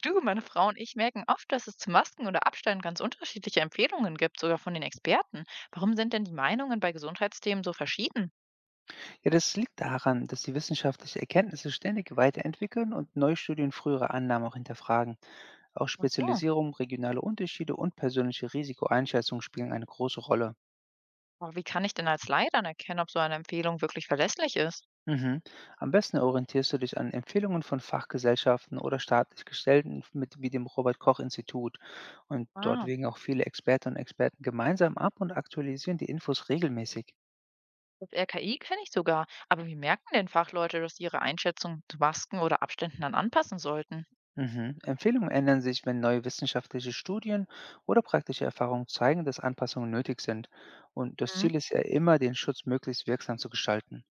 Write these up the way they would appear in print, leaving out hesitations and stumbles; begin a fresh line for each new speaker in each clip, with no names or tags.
Du, meine Frau und ich merken oft, dass es zu Masken oder Abständen ganz unterschiedliche Empfehlungen gibt, sogar von den Experten. Warum sind denn die Meinungen bei Gesundheitsthemen so verschieden?
Ja, das liegt daran, dass die wissenschaftliche Erkenntnisse ständig weiterentwickeln und neue Studien frühere Annahmen auch hinterfragen. Auch
Ach so,
Spezialisierung, regionale Unterschiede und persönliche Risikoeinschätzung spielen eine große Rolle.
aber wie kann ich denn als Laie dann erkennen, ob so eine Empfehlung wirklich verlässlich ist?
Mhm. Am besten orientierst du dich an Empfehlungen von Fachgesellschaften oder staatlich gestellten mit, wie dem Robert Koch Institut. Und dort
Ah,
wägen auch viele Expertinnen und Experten gemeinsam ab und aktualisieren die Infos regelmäßig.
das RKI kenne ich sogar. Aber wie merken denn Fachleute, dass sie ihre Einschätzung zu Masken oder Abständen dann anpassen sollten?
Mhm. Empfehlungen ändern sich, wenn neue wissenschaftliche Studien oder praktische Erfahrungen zeigen, dass Anpassungen nötig sind. Und das
Mhm,
Ziel ist ja immer, den Schutz möglichst wirksam zu gestalten.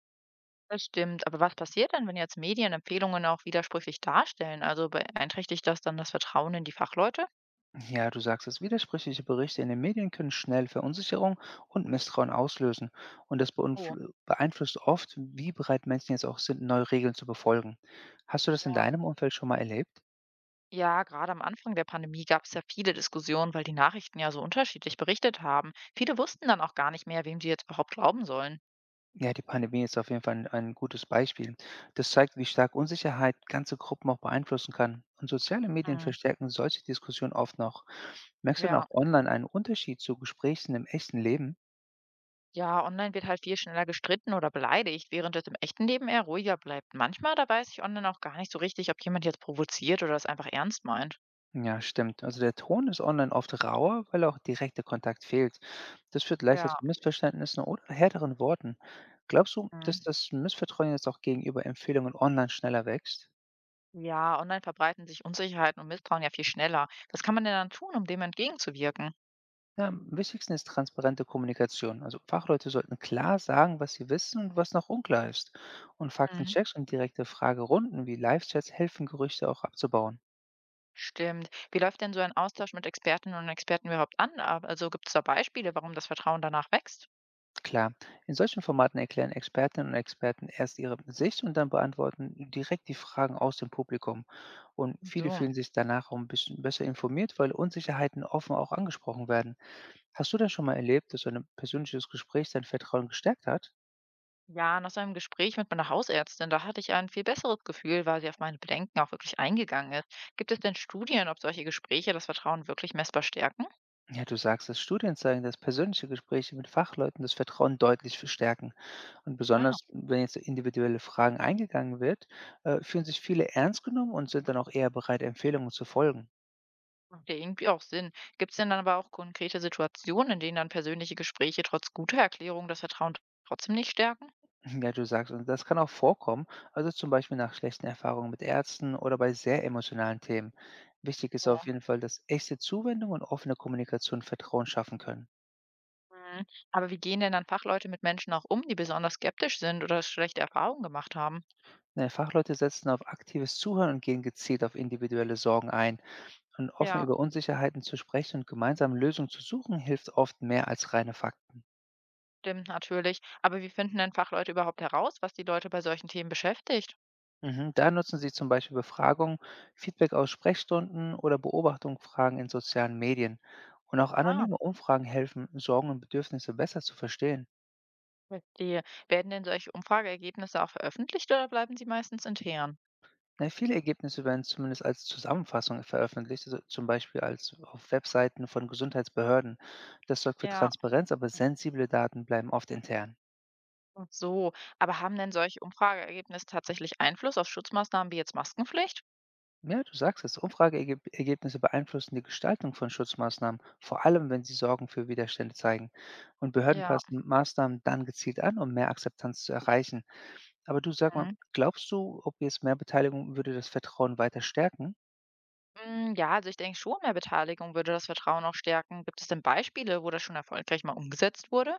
das stimmt. Aber was passiert denn, wenn jetzt Medien Empfehlungen auch widersprüchlich darstellen? Also beeinträchtigt das dann das Vertrauen in die Fachleute?
Ja, du sagst es, widersprüchliche Berichte in den Medien können schnell Verunsicherung und Misstrauen auslösen. Und das
Oh,
beeinflusst oft, wie bereit Menschen jetzt auch sind, neue Regeln zu befolgen. Hast du das in
ja.
deinem Umfeld schon mal erlebt?
Ja, gerade am Anfang der Pandemie gab es ja viele Diskussionen, weil die Nachrichten ja so unterschiedlich berichtet haben. Viele wussten dann auch gar nicht mehr, wem sie jetzt überhaupt glauben sollen.
Ja, die Pandemie ist auf jeden Fall 'n ein gutes Beispiel. Das zeigt, wie stark Unsicherheit ganze Gruppen auch beeinflussen kann. Und soziale Medien
Mm,
verstärken solche Diskussionen oft noch. Merkst du denn
ja.
auch online einen Unterschied zu Gesprächen im echten Leben?
Ja, online wird halt viel schneller gestritten oder beleidigt, während es im echten Leben eher ruhiger bleibt. Manchmal, da weiß ich online auch gar nicht so richtig, ob jemand jetzt provoziert oder es einfach ernst meint.
Ja, stimmt. Also der Ton ist online oft rauer, weil auch direkter Kontakt fehlt. Das führt leichter
Ja.
zu Missverständnissen oder härteren Worten. Glaubst du,
Mm.
dass das Missvertrauen jetzt auch gegenüber Empfehlungen online schneller wächst?
Ja, online verbreiten sich Unsicherheiten und Misstrauen ja viel schneller. Was kann man denn dann tun, um dem entgegenzuwirken?
Ja, am wichtigsten ist transparente Kommunikation. Also Fachleute sollten klar sagen, was sie wissen und was noch unklar ist. Und
Mm.
Faktenchecks und direkte Fragerunden wie Live-Chats helfen, Gerüchte auch abzubauen.
Stimmt. Wie läuft denn so ein Austausch mit Expertinnen und Experten überhaupt an? Ab also, gibt es da Beispiele, warum das Vertrauen danach wächst?
Klar, in solchen Formaten erklären Expertinnen und Experten erst ihre Sicht und dann beantworten direkt die Fragen aus dem Publikum. Und viele
So.
fühlen sich danach auch ein bisschen besser informiert, weil Unsicherheiten offen auch angesprochen werden. Hast du denn schon mal erlebt, dass so ein persönliches Gespräch dein Vertrauen gestärkt hat?
Ja, nach so einem Gespräch mit meiner Hausärztin, da hatte ich ein viel besseres Gefühl, weil sie auf meine Bedenken auch wirklich eingegangen ist. Gibt es denn Studien, ob solche Gespräche das Vertrauen wirklich messbar stärken?
Ja, du sagst es, Studien zeigen, dass persönliche Gespräche mit Fachleuten das Vertrauen deutlich verstärken. Und
Ah,
besonders, wenn jetzt individuelle Fragen eingegangen wird, fühlen sich viele ernst genommen und sind dann auch eher bereit, Empfehlungen zu folgen.
macht ja irgendwie auch Sinn. Gibt es denn dann aber auch konkrete Situationen, in denen dann persönliche Gespräche trotz guter Erklärung das Vertrauen trotzdem nicht stärken?
Ja, du sagst, und das kann auch vorkommen, also zum Beispiel nach schlechten Erfahrungen mit Ärzten oder bei sehr emotionalen Themen. Wichtig ist auf jeden Fall, dass echte Zuwendung und offene Kommunikation Vertrauen schaffen können.
Mhm. Aber wie gehen denn dann Fachleute mit Menschen auch um, die besonders skeptisch sind oder schlechte Erfahrungen gemacht haben?
Ne, Fachleute setzen auf aktives Zuhören und gehen gezielt auf individuelle Sorgen ein. Und offen
Ja,
über Unsicherheiten zu sprechen und gemeinsam Lösungen zu suchen, hilft oft mehr als reine Fakten.
stimmt natürlich. Aber wie finden denn Fachleute überhaupt heraus, was die Leute bei solchen Themen beschäftigt?
Mhm. Da nutzen Sie zum Beispiel Befragungen, Feedback aus Sprechstunden oder Beobachtungsfragen in sozialen Medien. Und auch
Ah,
anonyme Umfragen helfen, Sorgen und Bedürfnisse besser zu verstehen.
verstehe. Werden denn solche Umfrageergebnisse auch veröffentlicht oder bleiben sie meistens intern?
Na, viele Ergebnisse werden zumindest als Zusammenfassung veröffentlicht, also zum Beispiel als auf Webseiten von Gesundheitsbehörden. Das sorgt für
Ja,
Transparenz, aber sensible Daten bleiben oft intern.
ach so. Aber haben denn solche Umfrageergebnisse tatsächlich Einfluss auf Schutzmaßnahmen wie jetzt Maskenpflicht?
Ja, du sagst es. Umfrageergebnisse beeinflussen die Gestaltung von Schutzmaßnahmen, vor allem wenn sie Sorgen für Widerstände zeigen. Und Behörden
Ja.
passen Maßnahmen dann gezielt an, um mehr Akzeptanz zu erreichen. Aber du sag mal,
Mhm.
glaubst du, ob jetzt mehr Beteiligung würde das Vertrauen weiter stärken?
Mm, ja, also ich denke schon, mehr Beteiligung würde das Vertrauen auch stärken. Gibt es denn Beispiele, wo das schon erfolgreich mal umgesetzt wurde?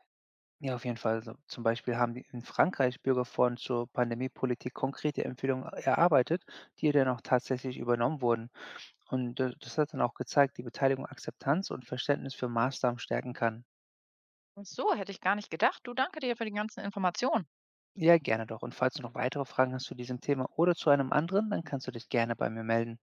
Ja, auf jeden Fall. Also zum Beispiel haben die in Frankreich Bürgerforen zur Pandemiepolitik konkrete Empfehlungen erarbeitet, die dann auch tatsächlich übernommen wurden. Und das hat dann auch gezeigt, die Beteiligung Akzeptanz und Verständnis für Maßnahmen stärken kann.
Ach so, hätte ich gar nicht gedacht. Du, danke dir für die ganzen Informationen.
Ja, gerne doch. Und falls du noch weitere Fragen hast zu diesem Thema oder zu einem anderen, dann kannst du dich gerne bei mir melden.